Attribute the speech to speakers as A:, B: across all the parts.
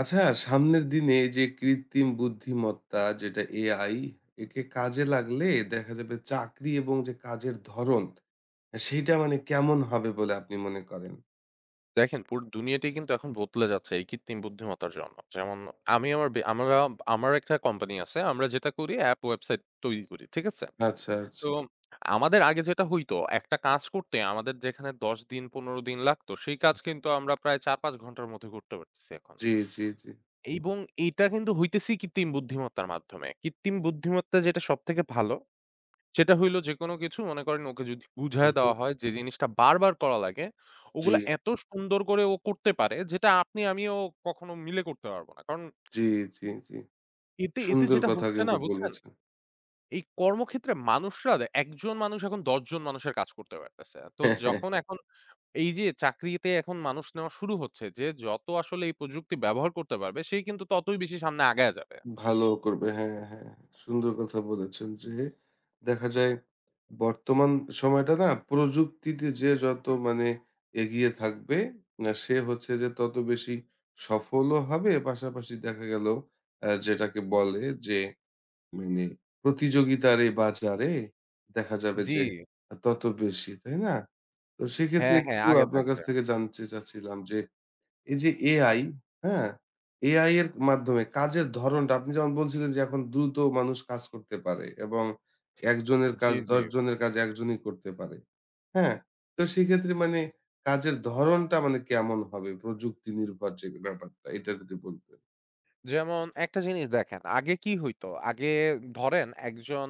A: আচ্ছা সামনের দিনে এই যে কৃত্রিম বুদ্ধিমত্তা যেটা এআই একে কাজে লাগলে দেখা যাবে চাকরি এবং যে কাজের ধরন, হ্যাঁ, সেইটা মানে কেমন হবে বলে আপনি মনে করেন?
B: দেখেন পুরো দুনিয়াটাই কিন্তু এখন বদলে যাচ্ছে এই কৃত্রিম বুদ্ধিমত্তার জন্য। যেমন আমি আমার বে আমরা আমার একটা কোম্পানি আছে। আমরা যেটা করি অ্যাপ ওয়েবসাইট তৈরি করি। ঠিক আছে?
A: আচ্ছা, আচ্ছা।
B: তো আমাদের আগে যেটা হইতো একটা কাজ করতে আমাদের যেখানে ১০ দিন ১৫ দিন লাগতো সেই কাজ কিন্তু আমরা প্রায় ৪-৫ ঘন্টার মধ্যে করতে পারতেছি এখন।
A: জি, জি, জি।
B: এবং এইটা কিন্তু হইতেছি কৃত্রিম বুদ্ধিমত্তার মাধ্যমে। কৃত্রিম বুদ্ধিমত্তা যেটা সবথেকে ভালো সেটা হইলো যেকোনো কিছু মনে করেন ওকে যদি বুঝায়
A: হুম,
B: দেওয়া হয় যে জিনিসটা বারবার করা লাগে,
A: জি,
B: ওগুলা এত সুন্দর করে ও করতে পারে যেটা আপনি আমিও কখনো মিলে করতে পারবো না। কারণ
A: জি, জি, জি।
B: এতে এতে
A: সুন্দর
B: যেটা
A: কথা
B: হচ্ছে না
A: কিন্তু
B: বুঝছেন?
A: বলেছেন।
B: এই কর্মক্ষেত্রে মানুষরা দে একজন মানুষ এখন ১০ জন মানুষের কাজ করতে পারতেছে। তো যখন এখন এই যে চাকরিতে এখন মানুষ নেওয়া শুরু হচ্ছে যে যত আসলে এই প্রযুক্তি ব্যবহার করতে পারবে সেই কিন্তু ততই বেশি সামনে আগায়া যাবে।
A: ভালো করবে। হ্যাঁ, হ্যাঁ। সুন্দর কথা বলেছেন যে দেখা যায় বর্তমান সময়টা না প্রযুক্তিতে যে যত মানে এগিয়ে থাকবে, সে হচ্ছে যে তত বেশি সফলও হবে। পাশাপাশি দেখা গেল যেটাকে বলে যে মানে প্রতিযোগিতার এই বাজারে দেখা যাবে
B: জি।
A: যে তত বেশি, তাই না? তো সেক্ষেত্রে
B: হ্যাঁ, হ্যাঁ
A: একটু
B: আগে
A: আপনার কাছ
B: থাকবে।
A: থেকে জানতে চাচ্ছিলাম যে এই যে AI, হ্যাঁ? AI এর মাধ্যমে কাজের ধরণটা আপনি যেমন বলছিলেন যে এখন দ্রুত মানুষ কাজ করতে পারে এবং একজনের
B: জি,
A: কাজ,
B: জি,
A: ১০
B: জি।
A: জনের কাজ একজনই করতে পারে। হ্যাঁ? তো সেক্ষেত্রে মানে কাজের ধরণটা মানে কেমন হবে প্রযুক্তি নির্ভর, যে ব্যাপারটা এটা যদি বলতেন।
B: যেমন একটা জিনিস দেখেন, আগে কি হইতো? আগে ধরেন একজন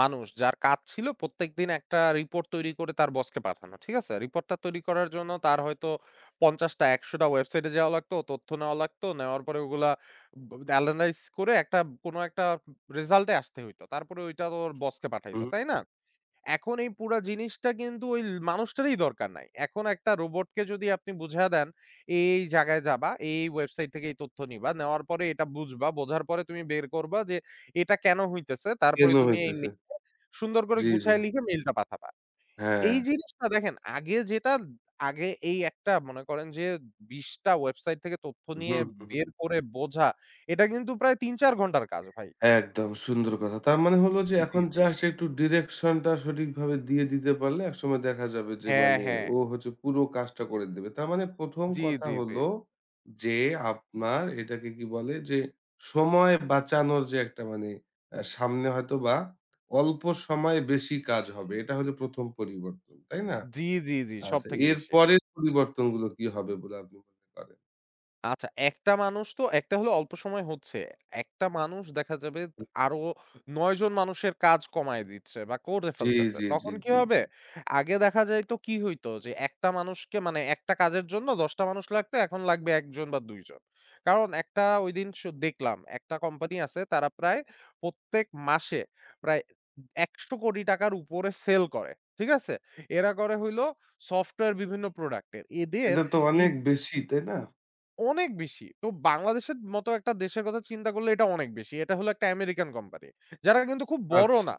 B: মানুষ যার কাজ ছিল প্রত্যেকদিন একটা রিপোর্ট তৈরি করে তার বসকে পাঠানো। ঠিক আছে? রিপোর্টটা তৈরি করার জন্য তার হয়তো ৫০ টা ১০০ টা ওয়েবসাইটে যাওয়া লাগতো, তথ্য নেওয়া লাগতো। নেওয়ার পরে ওগুলা ব এনালাইজ করে কোনো একটা রেজাল্টে আসতে হইতো। তারপরে ওইটা তো ওর বসকে পাঠাইতো।
A: হুম,
B: তাই না? এখন এই পুরা জিনিসটা কিন্তু ওই মানুষটারই দরকার নাই। এখন একটা রোবটকে যদি আপনি বুঝায়া দেন, "এই জায়গায় যাবা, এই ওয়েবসাইট থেকে এই তথ্য নিবা। নেওয়ার পরে এটা বুঝবা। বোঝার পরে তুমি বের করবা যে এটা কেন হইতেছে। তারপরে
A: কেন
B: তুমি এই
A: হইতেছে?
B: নিয়ে সুন্দর করে
A: জি, জি।
B: গুছায় লিখে মেইলটা পাঠাবা।"
A: হ্যাঁ।
B: এই জিনিসটা দেখেন আগে যেটা আগে এই একটা মনে করেন যে ২০ টা ওয়েবসাইট থেকে তথ্য নিয়ে
A: হুম, হুম।
B: বের করে বোঝা, এটা কিন্তু প্রায় ৩-৪ ঘন্টার কাজ ভাই।
A: একদম সুন্দর কথা। তার মানে হলো যে
B: জি, জি,
A: এখন
B: জি।
A: জাস্ট একটু ডিরেকশন টা সঠিকভাবে দিয়ে দিতে পারলে একসময় দেখা যাবে যে
B: হ্যাঁ,
A: মানে
B: হ্যাঁ।
A: ও হচ্ছে পুরো কাজটা করে দেবে। তার মানে প্রথম
B: জি,
A: কথা
B: জি, জি।
A: হলো যে আপনার এটাকে কি বলে যে সময় বাঁচানোর যে একটা মানে সামনে হয়তোবা অল্প সময়ে বেশি কাজ হবে। এটা হলো প্রথম পরিবর্তন, তাই না?
B: জি, জি, জি।
A: আচ্ছা
B: সবথেকে বেশি।
A: এরপরের পরিবর্তনগুলো কি হবে বলে আপনি মনে করেন?
B: আচ্ছা, একটা মানুষ তো একটা হলে অল্প সময় হচ্ছে। একটা মানুষ দেখা যাবে আরো ৯ জন মানুষের কাজ কমায় দিচ্ছে বা করে
A: জি,
B: ফেলতেছে।
A: জি, জি,
B: তখন কি
A: জি,
B: হবে?
A: জি।
B: আগে দেখা যাইত কি হইতো যে একটা মানুষকে মানে একটা কাজের জন্য ১০ টা মানুষ লাগতো, এখন লাগবে ১ জন বা ২ জন। কারণ একটা ঐদিন দেখলাম একটা কোম্পানি আছে তারা প্রায় প্রত্যেক মাসে প্রায় ১০০,০০,০০,০০,০০,০০০ উপরে সেল করে। ঠিক আছে? এরা করে হইলো সফটওয়্যার বিভিন্ন প্রোডাক্টের।
A: এটা তো
B: এই
A: অনেক বেশি, তাই না?
B: অনেক বেশি। তো বাংলাদেশের মতো একটা দেশের কথা চিন্তা করলে এটা অনেক বেশি। এটা হলো একটা আমেরিকান কোম্পানি। যারা কিন্তু খুব বড়
A: আচ্ছা।
B: না।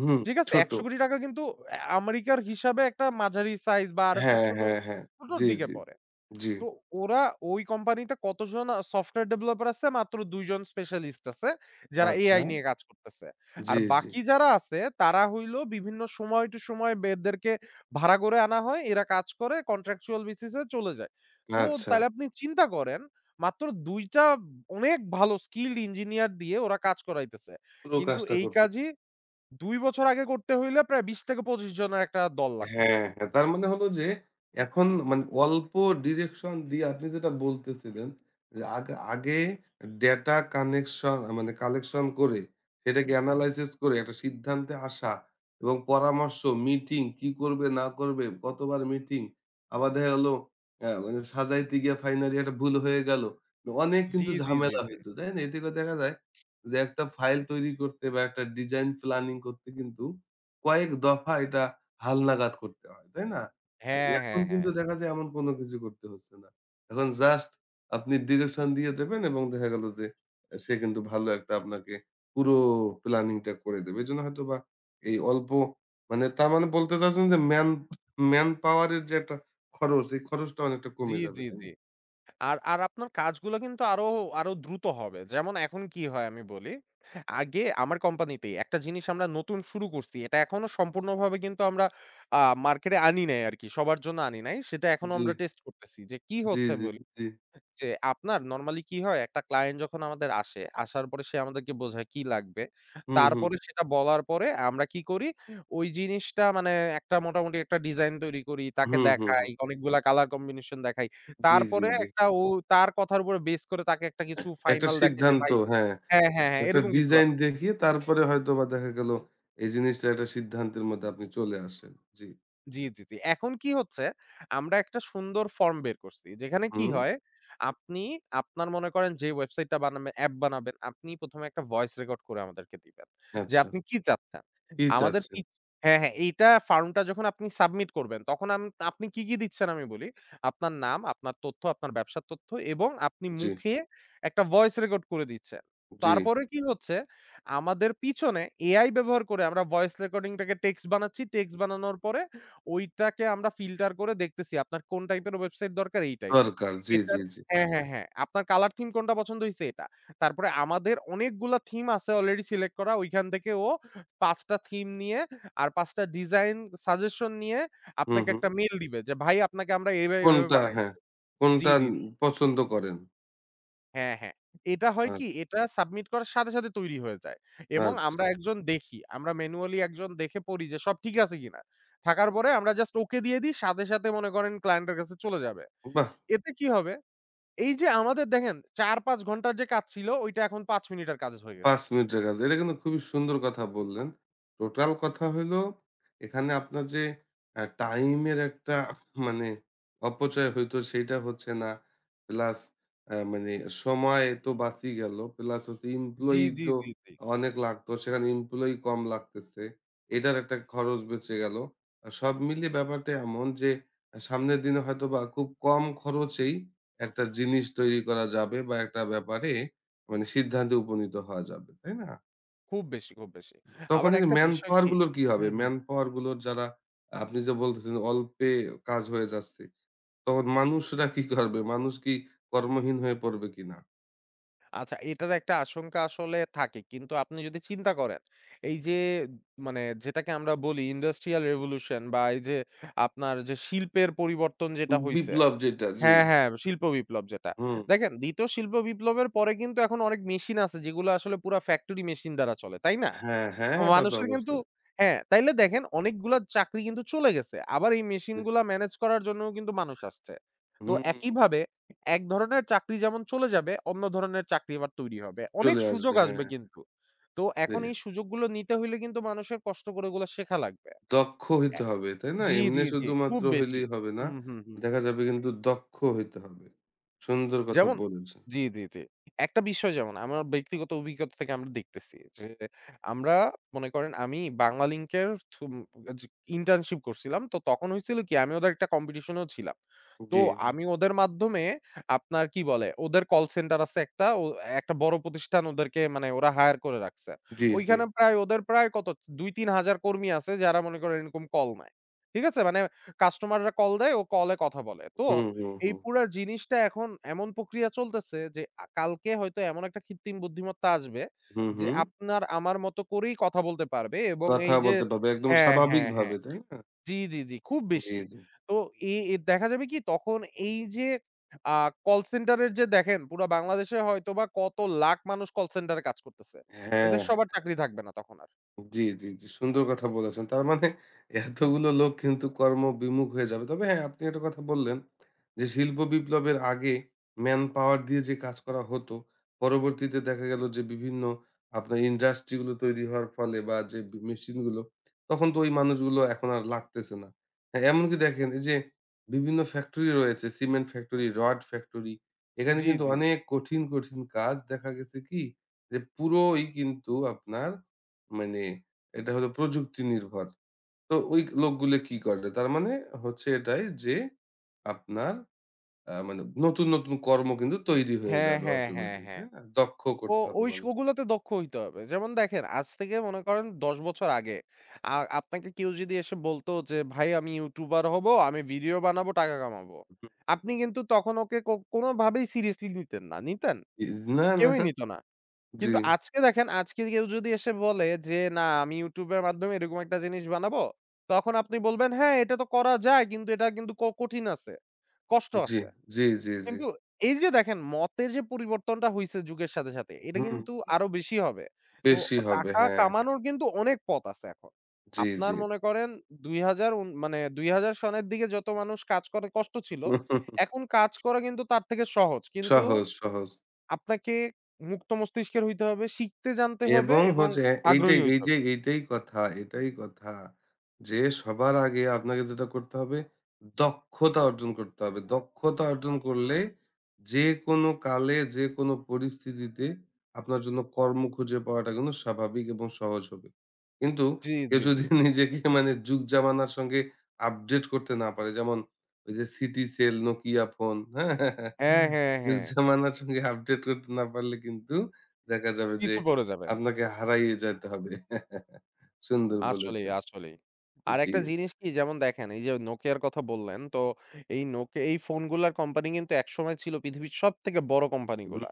A: হুম,
B: ঠিক আছে?
A: ছোট।
B: ৳১০০,০০,০০,০০০ কিন্তু আমেরিকার হিসাবে একটা মাঝারি সাইজ বা আরেকটু
A: হ্যাঁ,
B: ছোট,
A: হ্যাঁ, হ্যাঁ।
B: ছোটর
A: জি,
B: দিকে
A: জি।
B: পড়ে।
A: জি।
B: তো ওরা ওই কোম্পানিতে কতজন সফটওয়্যার ডেভেলপার আছে? মাত্র ২ জন স্পেশালিস্ট আছে, যারা
A: আচ্ছা।
B: AI নিয়ে কাজ করতেছে। আর
A: জি, জি।
B: বাকি যারা আছে তারা হইলো বিভিন্ন সময় টু সময় এদেরকে ভাড়া করে আনা হয়। এরা কাজ করে কন্ট্রাকচুয়াল বেসিস এ চলে যায়। তো
A: আচ্ছা।
B: তাইলে আপনি চিন্তা করেন মাত্র ২ টা অনেক ভালো স্কিলড ইঞ্জিনিয়ার দিয়ে ওরা কাজ করাইতেছে।
A: পুরো
B: কিন্তু
A: কাজটা
B: এই
A: করতে,
B: কাজই ২ বছর আগে করতে হইলে প্রায় ২০ থেকে ২৫ জনের একটা দল লাগ।
A: হ্যাঁ, হ্যাঁ। তার মানে হলো যে এখন মানে অল্প ডিরেকশন দিয়ে আপনি যেটা বলতেছিলেন যে আগে আগে ডেটা কানেকশন মানে কালেকশন করে সেটাকে এনালাইসিস করে একটা সিদ্ধান্তে আসা এবং পরামর্শ, মিটিং কি করবে না করবে, কতবার মিটিং আবার দেখা গেল মানে সাজাইতে গিয়ে ফাইনালি একটা ভুল হয়ে গেল। অনেক
B: জি,
A: কিন্তু
B: জি, জি,
A: ঝামেলা
B: জি।
A: হইতো, তাই না? এতে করে দেখা যায় যে একটা ফাইল তৈরি করতে বা একটা ডিজাইন প্ল্যানিং করতে কিন্তু কয়েক দফা এটা হালনাগাদ করতে হয়, তাই না? আর
B: হ্যাঁ,
A: এখন
B: হ্যাঁ, হ্যাঁ।
A: কিন্তু দেখা যায় এমন কোন কিছু করতে হচ্ছে না। এখন জাস্ট আপনি ডিরেকশন দিয়ে দেবেন এবং দেখা গেল যে সে কিন্তু ভালো একটা আপনাকে পুরো প্ল্যানিংটা করে দেবে। এজন্য হয়তোবা এই অল্প মানে তার মানে বলতে চাচ্ছেন যে ম্যান ম্যান পাওয়ার এর যে একটা খরচ, এই খরচটা অনেকটা
B: জি,
A: কমে যাবে,
B: জি,
A: তাই
B: জি।
A: না?
B: আর আর আপনার কাজগুলো কিন্তু আরো, আরো দ্রুত হবে। যেমন এখন কি হয় আমি বলি, আগে আমার কোম্পানিতেই একটা জিনিস আমরা নতুন শুরু করছি। এটা এখনো সম্পূর্ণভাবে কিন্তু আমরা আ মার্কেটে আনি নাই আরকি। সবার জন্য আনি নাই। সেটা এখনো
A: জি,
B: আমরা টেস্ট করতেছি যে কি
A: জি,
B: হচ্ছে
A: জি,
B: বলে।
A: জি।
B: যে আপনার নরমালি কি হয়? একটা ক্লায়েন্ট যখন আমাদের আসে, আসার পরে সে আমাদেরকে বোঝায় কি লাগবে।
A: হুম, হুম।
B: তারপরে সেটা বলার পরে আমরা কি করি? ওই জিনিসটা মানে মোটামুটি একটা ডিজাইন তৈরি করি, তাকে
A: হুম, হুম,
B: দেখাই,
A: হুম।
B: অনেকগুলা কালার কম্বিনেশন দেখাই।
A: জি, জি,
B: তারপরে
A: জি।
B: ও তার কথার উপরে বেস করে তাকে একটা কিছু
A: একটা
B: ফাইনাল দেখাই যে
A: সিদ্ধান্ত,
B: ভাই
A: হ্যাঁ,
B: হ্যাঁ, হ্যাঁ, হ্যাঁ,
A: একটা
B: এরকম কিছু।
A: ডিজাইন দেখিয়ে তারপরে হয়তোবা দেখা গেল এই জিনিসটা একটা সিদ্ধান্তের মধ্যে আপনি চলে আসেন। জি।
B: জি, জি, জি। এখন কি হচ্ছে আমরা একটা সুন্দর ফর্ম বের করছি। যেখানে কি
A: হুম,
B: হয় আপনি আপনার মনে করেন যে ওয়েবসাইটটা বানাবে অ্যাপ বানাবেন, আপনি ১ম এ একটা ভয়েস রেকর্ড করে আমাদেরকে দিবেন। যে
A: আচ্ছা।
B: আপনি কি চাচ্ছেন?
A: কি
B: আমাদের
A: চাচ্ছেন?
B: পিচ হ্যাঁ, হ্যাঁ, এইটা ফর্মটা যখন আপনি সাবমিট করবেন তখন আপনি কি দিচ্ছেন আমি বলি। আপনার নাম, আপনার তথ্য, আপনার ব্যবসার তথ্য এবং আপনি
A: জি,
B: মুখে একটা ভয়েস রেকর্ড করে দিচ্ছেন।
A: জি।
B: তারপরে কি হচ্ছে আমাদের পিছনে AI ব্যবহার করে আমরা ভয়েস রেকর্ডিংটাকে টেক্সট বানাচ্ছি। টেক্সট বানানোর পরে ওইটাকে আমরা ফিল্টার করে দেখতেছি আপনার কোন টাইপের ওয়েবসাইট দরকার এই টাইপের।
A: দরকার। জি,
B: এটার
A: জি, জি।
B: হ্যাঁ, হ্যাঁ, হ্যাঁ। আপনার কালার থিম কোনটা পছন্দ হইছে এটা। তারপরে আমাদের অনেকগুলা থিম আছে অলরেডি সিলেক্ট করা। ওইখান থেকে ও ৫ টা থিম নিয়ে আর ৫ টা ডিজাইন সাজেশন নিয়ে
A: হুম,
B: আপনাকে
A: হুম।
B: একটা মেইল দিবে যে ভাই আপনাকে আমরা এইভাবে, এইভাবে
A: কোনটা,
B: বানাই
A: হ্যাঁ,
B: দিব। জি,
A: কোনটা
B: জি।
A: পছন্দ করেন?
B: হ্যাঁ, হ্যাঁ। এটা
A: আ
B: হয় কি? এটা সাবমিট করার সাথে, সাথে তৈরি হয়ে যায় এবং আমরা
A: আচ্ছা।
B: একজন দেখি। আমরা ম্যানুয়ালি একজন দেখে পড়ি যে সব ঠিক আছে কিনা। থাকার পরে আমরা জাস্ট ওকে দিয়ে দিই। সাথে, সাথে মনে করেন ক্লায়েন্টের কাছে চলে যাবে।
A: বাহ!
B: এতে কি হবে? এই যে আমাদের দেখেন ৪-৫ ঘন্টার যে কাজ ছিল ওইটা এখন ৫ মিনিটের কাজ হয়ে গেছে।
A: ৫ মিনিটের কাজ। এটা কিন্তু খুবই সুন্দর কথা বললেন। টোটাল কথা হইলো এখানে আপনার যে টাইমের একটা মানে অপচয় হইতো সেইটা হচ্ছে না। প্লাস মানে সময় তো বাঁচি গেল। প্লাস হচ্ছে
B: জি,
A: এমপ্লয়ি
B: জি,
A: তো
B: জি, জি।
A: অনেক লাগতো। সেখানে এমপ্লয়ি কম লাগতেছে। এটার একটা খরচ বেঁচে গেল। সব মিলিয়ে ব্যাপারটা এমন যে সামনের দিনে হয়তোবা খুব কম খরচেই একটা জিনিস তৈরি করা যাবে বা একটা ব্যাপারে মানে সিদ্ধান্তে উপনীত হওয়া যাবে, তাই না?
B: খুব বেশি, খুব বেশি।
A: তখন
B: আবার
A: এই
B: একটা
A: ম্যান
B: বিষয়
A: পাওয়ার
B: কি?
A: গুলোর কি
B: হু,
A: হবে?
B: হু।
A: ম্যান পাওয়ার গুলোর যারা আপনি যে বলতেছেন অল্পে কাজ হয়ে যাচ্ছে, তখন মানুষরা কি করবে? মানুষ কি কর্মহীন হয়ে পড়বে কিনা?
B: আচ্ছা, এটার একটা আশঙ্কা আসলে থাকে। কিন্তু আপনি যদি চিন্তা করেন, এই যে মানে যেটাকে আমরা বলি ইন্ডাস্ট্রিয়াল রেভোলিউশন বা এই যে আপনার যে শিল্পের পরিবর্তন যেটা হইছে
A: বিপ্লব যেটা, জি।
B: হ্যাঁ, হ্যাঁ, শিল্প বিপ্লব যেটা।
A: হুম।
B: দেখেন ২য় শিল্প বিপ্লবের পরে কিন্তু এখন অনেক মেশিন আছে যেগুলো আসলে পুরা ফ্যাক্টরি মেশিন দ্বারা চলে, তাই না?
A: হ্যাঁ, হ্যাঁ, হ্যাঁ, তা তো
B: মানুষের কিন্তু
A: অবশ্যই।
B: হ্যাঁ, তাইলে দেখেন অনেকগুলা চাকরি কিন্তু চলে গেছে। আবার এই মেশিন
A: জি।
B: গুলা মেনেজ করার জন্যও কিন্তু মানুষ আসছে। তো
A: হুম,
B: একইভাবে এক ধরনের চাকরি যেমন চলে যাবে, অন্য ধরনের চাকরি আবার তৈরি হবে। অনেক
A: চলে
B: সুযোগ
A: আসবে,
B: আসবে
A: হ্যাঁ।
B: কিন্তু। তো এখন এই
A: জি।
B: সুযোগগুলো নিতে হইলে কিন্তু মানুষের কষ্ট করে ওগুলা শেখা লাগবে।
A: দক্ষ
B: অ্যা
A: হইতে হবে, তাই না?
B: জি,
A: এমনি
B: জি, জি। খুব
A: শুধুমাত্র
B: বেশি।
A: হইলেই হবে না।
B: হুম, হুম, হুম।
A: দেখা যাবে কিন্তু দক্ষ হইতে হবে। সুন্দর কথা
B: যেমন
A: বলেছেন।
B: জি, জি, জি। একটা বিষয় যেমন আমার ব্যক্তিগত অভিজ্ঞতা থেকে আমরা দেখতেছি যে, আমরা মনে করেন আমি বাংলালিংকের থ্রু জি ইন্টার্নশিপ করছিলাম। তো তখন হইছিল কি আমি ওদের একটা কম্পিটিশনেও ছিলাম। তো
A: জি, জি,
B: আমি ওদের মাধ্যমে আপনার কি বলে ওদের কল সেন্টার আছে একটা ও একটা বড় প্রতিষ্ঠান ওদেরকে মানে ওরা হায়ার করে রাখছে।
A: জি, জি।
B: ওইখানে প্রায় ওদের প্রায় কত ২-৩ হাজার কর্মী আছে যারা মনে করেন এরকম কল নেয়। ঠিক আছে? মানে কাস্টমাররা কল দেয় ও কলে কথা বলে। তো
A: হুম, হুম,
B: এই
A: হুম।
B: পুরা জিনিসটা এখন এমন প্রক্রিয়া চলতেছে যে কালকে হয়তো এমন একটা কৃত্রিম বুদ্ধিমত্তা আসবে
A: হুম,
B: যে
A: হুম।
B: আপনার আমার মতো করেই কথা বলতে পারবে এবং
A: কথা
B: এই যে
A: বলতে পারবে একদম
B: হ্যাঁ, হ্যাঁ, হ্যাঁ।
A: স্বাভাবিকভাবে, তাই না?
B: জি, জি, জি খুব
A: জি,
B: বেশি।
A: জি।
B: তো এ এ দেখা যাবে কি তখন এই যে আ কল সেন্টারের যে দেখেন পুরা বাংলাদেশে হয়তোবা কত লাখ মানুষ কল সেন্টারে কাজ করতেছে।
A: হ্যাঁ,
B: এদের সবার
A: হ্যাঁ।
B: চাকরি থাকবে না তখন আর।
A: জি, জি, জি। সুন্দর কথা বলেছেন। তার মানে এতগুলো লোক কিন্তু কর্মবিমুখ হয়ে যাবে। তবে হ্যাঁ, আপনি একটা কথা বললেন যে শিল্প বিপ্লবের আগে ম্যান পাওয়ার দিয়ে যে কাজ করা হতো, পরবর্তীতে দেখা গেল যে বিভিন্ন আপনার ইন্ডাস্ট্রি গুলো তৈরি হওয়ার ফলে বা যে মেশিন গুলো, তখন তো ওই মানুষগুলো এখন আর লাগতেছে না। হ্যাঁ, এমনকি দেখেন এই যে বিভিন্ন ফ্যাক্টরি রয়েছে, সিমেন্ট ফ্যাক্টরি, রড ফ্যাক্টরি। এখানে
B: জি,
A: কিন্তু
B: জি।
A: অনেক কঠিন, কঠিন কাজ দেখা গেছে, কি যে পুরোই কিন্তু আপনার মানে এটা হলো প্রযুক্তি নির্ভর। তো ওই লোকগুলো কি করে? তার মানে হচ্ছে এটাই যে আপনার মানে নতুন, নতুন কর্ম কিন্তু তৈরি হয়ে
B: হ্যাঁ,
A: যাবে
B: হ্যাঁ, হ্যাঁ,
A: অটোমেটিক,
B: হ্যাঁ।
A: তাই না? দক্ষ
B: ও
A: করতে হবে
B: ওই স
A: মানুষকে।
B: ওগুলোতে দক্ষ হইতে হবে। যেমন দেখেন আজ থেকে মনে করেন ১০ বছর আগে আ আপনাকে কেউ যদি এসে বলত যে, "ভাই আমি ইউটিউবার হব, আমি ভিডিও বানাবো, টাকা কামাবো।"
A: হুম।
B: আপনি কিন্তু তখন ওকে কোনভাবেই সিরিয়াসলি নিতেন না। নিতেন?
A: ই না, না।
B: কেউই নিত না।
A: জি,
B: কিন্তু আজকে দেখেন আজকে কেউ যদি এসে বলে যে, "না আমি YouTube এর মাধ্যমে এরকম একটা জিনিস বানাবো।" তখন আপনি বলবেন, "হ্যাঁ, এটা তো করা যায় কিন্তু এটা কিন্তু কঠিন আছে, কষ্ট
A: জি,
B: আছে।"
A: জি, জি, জি।
B: কিন্তু এই যে দেখেন মতের যে পরিবর্তনটা হইছে যুগের সাথে, সাথে এটা
A: হুম,
B: কিন্তু আরো বেশি হবে। তো
A: বেশি হবে।
B: টাকা
A: হ্যাঁ, হ্যাঁ।
B: কামানোর কিন্তু অনেক পথ আছে এখন।
A: জি, জি।
B: আপনার মনে করেন ২০০০ মানে ২০০০ সনের দিকে যত মানুষ কাজ করে কষ্ট ছিল। এখন কাজ করা কিন্তু তার থেকে সহজ। কিন্তু
A: সহজ, সহজ।
B: আপনাকে মুক্ত মস্তিষ্কের হইতে হবে, শিখতে জানতে হবে
A: এবং
B: এবং
A: হচ্ছে, হ্যাঁ,
B: আগ্রহী
A: এইটাই,
B: হইতে
A: এই
B: হবে।
A: যে এইটাই কথা, এটাই কথা যে সবার আগে আপনাকে যেটা করতে হবে দক্ষতা অর্জন করতে হবে। দক্ষতা অর্জন করলে যেকোনো কালে, যেকোনো পরিস্থিতিতে আপনার জন্য কর্ম খুঁজে পাওয়াটা কিন্তু স্বাভাবিক এবং সহজ হবে। কিন্তু
B: জি,
A: কেউ
B: জি, জি।
A: যদি নিজেকে মানে যুগ জামানার সঙ্গে আপডেট করতে না পারে, যেমন ওই যে সিটিসেল, নোকিয়া ফোন, হ্যাঁ?
B: হ্যাঁ, হ্যাঁ,
A: যুগ
B: হ্যাঁ।
A: জামানার সঙ্গে আপডেট করতে না পারলে কিন্তু দেখা যাবে যে
B: পিছে পড়ে যাবে।
A: আপনাকে হারাইয়ে যেতে হবে। সুন্দর
B: আসলেই,
A: বলেছেন।
B: আসলেই।
A: জি।
B: আরেকটা জিনিস কি যেমন দেখেন এই যে Nokia র কথা বললেন, তো এই Nokia এই ফোনগুলার কোম্পানি কিন্তু একসময় ছিল পৃথিবীর সবথেকে বড়
A: হুম,
B: কোম্পানিগুলা।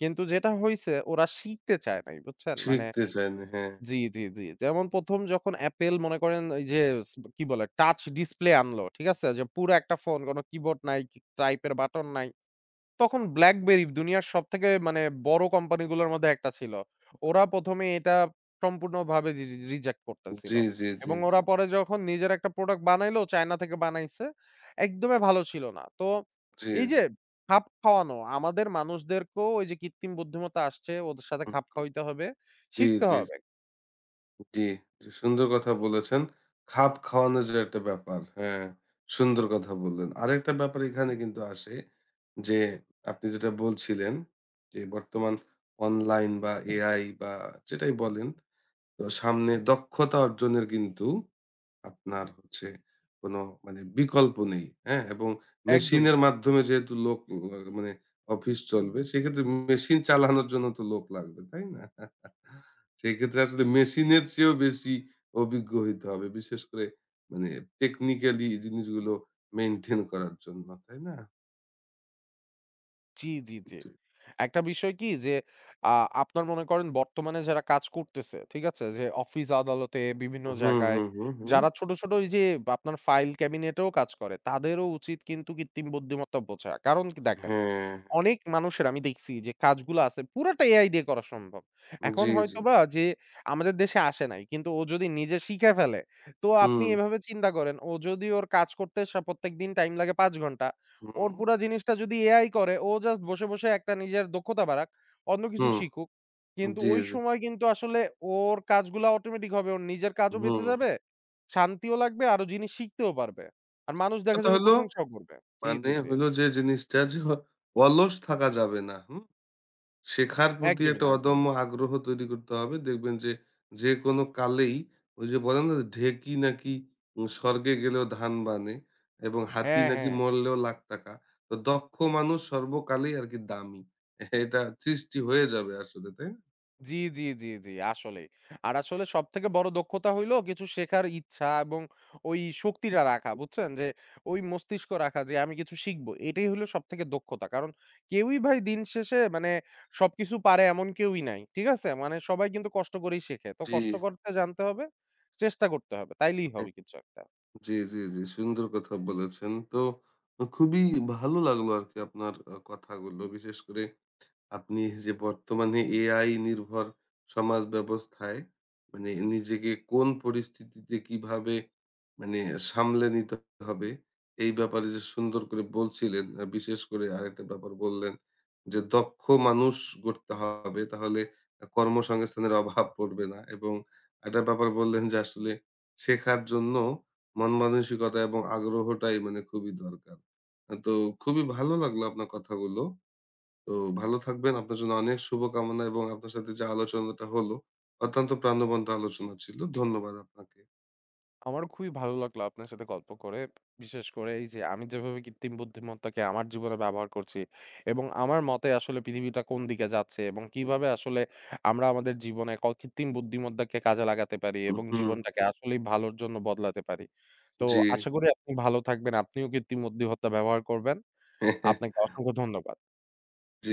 B: কিন্তু যেটা হইছে ওরা শিখতে চায় নাই, বুঝছেন? মানে
A: শিখতে চান। হ্যাঁ।
B: জি, জি, জি। যেমন ১ম যখন Apple মনে করেন এই যে স কি বলে? টাচ ডিসপ্লে আনলো, ঠিক আছে? যে পুরা একটা ফোন কোন কিবোর্ড নাই, টাইপের বাটন নাই। তখন BlackBerry দুনিয়ার সবথেকে মানে বড় কোম্পানিগুলোর মধ্যে একটা ছিল। ওরা ১ম এ এটা সম্পূর্ণভাবে রি রি রিজেক্ট করতেছিল।
A: জি, জি, জি,
B: এবং
A: জি।
B: ওরা পরে যখন নিজের একটা প্রোডাক্ট বানাইলো, চায়না থেকে বানাইছে। একদমই ভালো ছিল না। তো
A: জি,
B: এই
A: জি।
B: যে খাপ খাওয়ানো, আমাদের মানুষদেরকেও ওই যে কৃত্রিম বুদ্ধিমত্তা আসছে, ওদের সাথে
A: হুম।
B: খাপ খাওয়াইতে হবে,
A: জি,
B: শিখতে
A: জি,
B: হবে।
A: জি, জি। সুন্দর কথা বলেছেন। খাপ খাওয়ানো যে একটা ব্যাপার। হ্যাঁ, সুন্দর কথা বললেন। আরেকটা ব্যাপার এখানে কিন্তু আসে যে আপনি যেটা বলছিলেন যে বর্তমান অনলাইন বা এআই বা যেটাই বলেন, তো সামনে দক্ষতা অর্জনের কিন্তু আপনার হচ্ছে কোনো মানে বিকল্প নেই। হ্যাঁ? এবং
B: একদমই
A: মেশিনের
B: না।
A: মাধ্যমে যেহেতু লোক মানে অফিস চলবে, সেক্ষেত্রে মেশিন চালানোর জন্য তো লোক লাগবে, তাই না? সেক্ষেত্রে আসলে মেশিনের চেয়েও বেশি অভিজ্ঞ হইতে হবে। বিশেষ করে মানে টেকনিক্যালি জিনিসগুলো মেইনটেইন করার জন্য, তাই না?
B: জি, জি, জি।
A: জি।
B: একটা বিষয় কি যে আ আপনার মনে করেন বর্তমানে যারা কাজ করতেছে, ঠিক আছে? যে অফিস আদালতে বিভিন্ন
A: হুম,
B: জায়গায়
A: হুম, হুম, হুম।
B: যারা ছোট, ছোট ওই যে আপনার ফাইল ক্যাবিনেটেও কাজ করে তাদেরও উচিত কিন্তু কৃত্রিম বুদ্ধিমত্তা বোঝা। কারণ কি দেখেন
A: হ্যাঁ।
B: অনেক মানুষের আমি দেখছি যে কাজগুলো আছে পুরাটা এআই দিয়ে করা সম্ভব। এখন
A: জি, জি।
B: হয়তোবা যে আমাদের দেশে আসে নাই। কিন্তু ও যদি নিজে শিখে ফেলে, তো আপনি
A: হুম,
B: এভাবে চিন্তা করেন ও যদি ওর কাজ করতে প্রত্যেকদিন টাইম লাগে ৫ ঘন্টা। ওর
A: হুম,
B: পুরা জিনিসটা যদি এআই করে ও জাস্ট বসে, বসে একটা নিজের দক্ষতা বাড়াক, অন্য কিছু
A: হুম।
B: শিখুক। কিন্তু
A: জি,
B: ওই
A: জি।
B: সময় কিন্তু আসলে ওর কাজগুলা অটোমেটিক হবে। ওর নিজের কাজও বেঁচে
A: হুম।
B: যাবে, শান্তিও লাগবে, আরো জিনিস শিখতেও পারবে। আর মানুষ দেখা
A: কথা
B: যাবে
A: হলো,
B: প্রশংসাও করবে। জি,
A: মানে
B: জি, জি।
A: হলো যে জিনিসটা যে অলস থাকা যাবে না, হুম? শেখার প্রতি
B: একদমই
A: একটা
B: না, একদমই
A: অদম্য
B: না।
A: আগ্রহ তৈরি করতে হবে। দেখবেন যে যেকোনো কালেই ওই যে বলে না, ঢেঁকি নাকি স্বর্গে গেলেও ধান বানে এবং হাতি
B: হ্যাঁ,
A: নাকি
B: হ্যাঁ।
A: মরলেও লাখ টাকা। তো দক্ষ মানুষ সর্বকালেই আরকি দামি। এটা সৃষ্টি হয়ে যাবে আসলে, তাই না?
B: জি, জি, জি, জি, আসলেই। আর আসলে সবথেকে বড় দক্ষতা হইলো কিছু শেখার ইচ্ছা এবং ওই শক্তিটা রাখা, বুঝছেন? যে ওই মস্তিষ্ক রাখা যে আমি কিছু শিখবো। এটাই হলো সবথেকে দক্ষতা। কারণ কেউই ভাই দিন শেষে মানে সবকিছু পারে এমন কেউই নাই। ঠিক আছে? মানে সবাই কিন্তু কষ্ট করেই শেখে। তো
A: জি।
B: কষ্ট করতে জানতে হবে, চেষ্টা করতে হবে। তাইলেই হবে কিছু একটা।
A: জি, জি, জি। সুন্দর কথা বলেছেন। তো খুবই ভালো লাগলো আরকি আপনার কথাগুলো। বিশেষ করে আপনি যে বর্তমানে এআই নির্ভর সমাজ ব্যবস্থায় মানে নিজেকে কোন পরিস্থিতিতে কিভাবে মানে সামলে নিতে হবে এই ব্যাপারে যে সুন্দর করে বলছিলেন। আহ, বিশেষ করে আরেকটা ব্যাপার বললেন যে দক্ষ মানুষ গড়তে হবে, তাহলে কর্মসংস্থানের অভাব পড়বে না এবং একটা ব্যাপার বললেন যে আসলে শেখার জন্য মন মানসিকতা এবং আগ্রহটাই মানে খুবই দরকার। আহ, তো খুবই ভালো লাগলো আপনার কথাগুলো। তো ভালো থাকবেন। আপনার জন্য অনেক শুভকামনা এবং আপনার সাথে যে আলোচনাটা হলো, অত্যন্ত প্রাণবন্ত আলোচনা ছিল। ধন্যবাদ আপনাকে।
B: আমারও খুবই ভালো লাগলো আপনার সাথে গল্প করে। বিশেষ করে এই যে আমি যেভাবে কৃত্রিম বুদ্ধিমত্তাকে আমার জীবনে ব্যবহার করছি এবং আমার মতে আসলে পৃথিবীটা কোন দিকে যাচ্ছে এবং কিভাবে আসলে আমরা আমাদের জীবনে কৃত্রিম বুদ্ধিমত্তাকে কাজে লাগাতে পারি এবং
A: হুম,
B: জীবনটাকে আসলেই ভালোর জন্য বদলাতে পারি। তো
A: জি।
B: আশা করি আপনি ভালো থাকবেন। আপনিও কৃত্রিম বুদ্ধিমত্তা ব্যবহার করবেন। আপনাকে অসংখ্য ধন্যবাদ।
A: জি।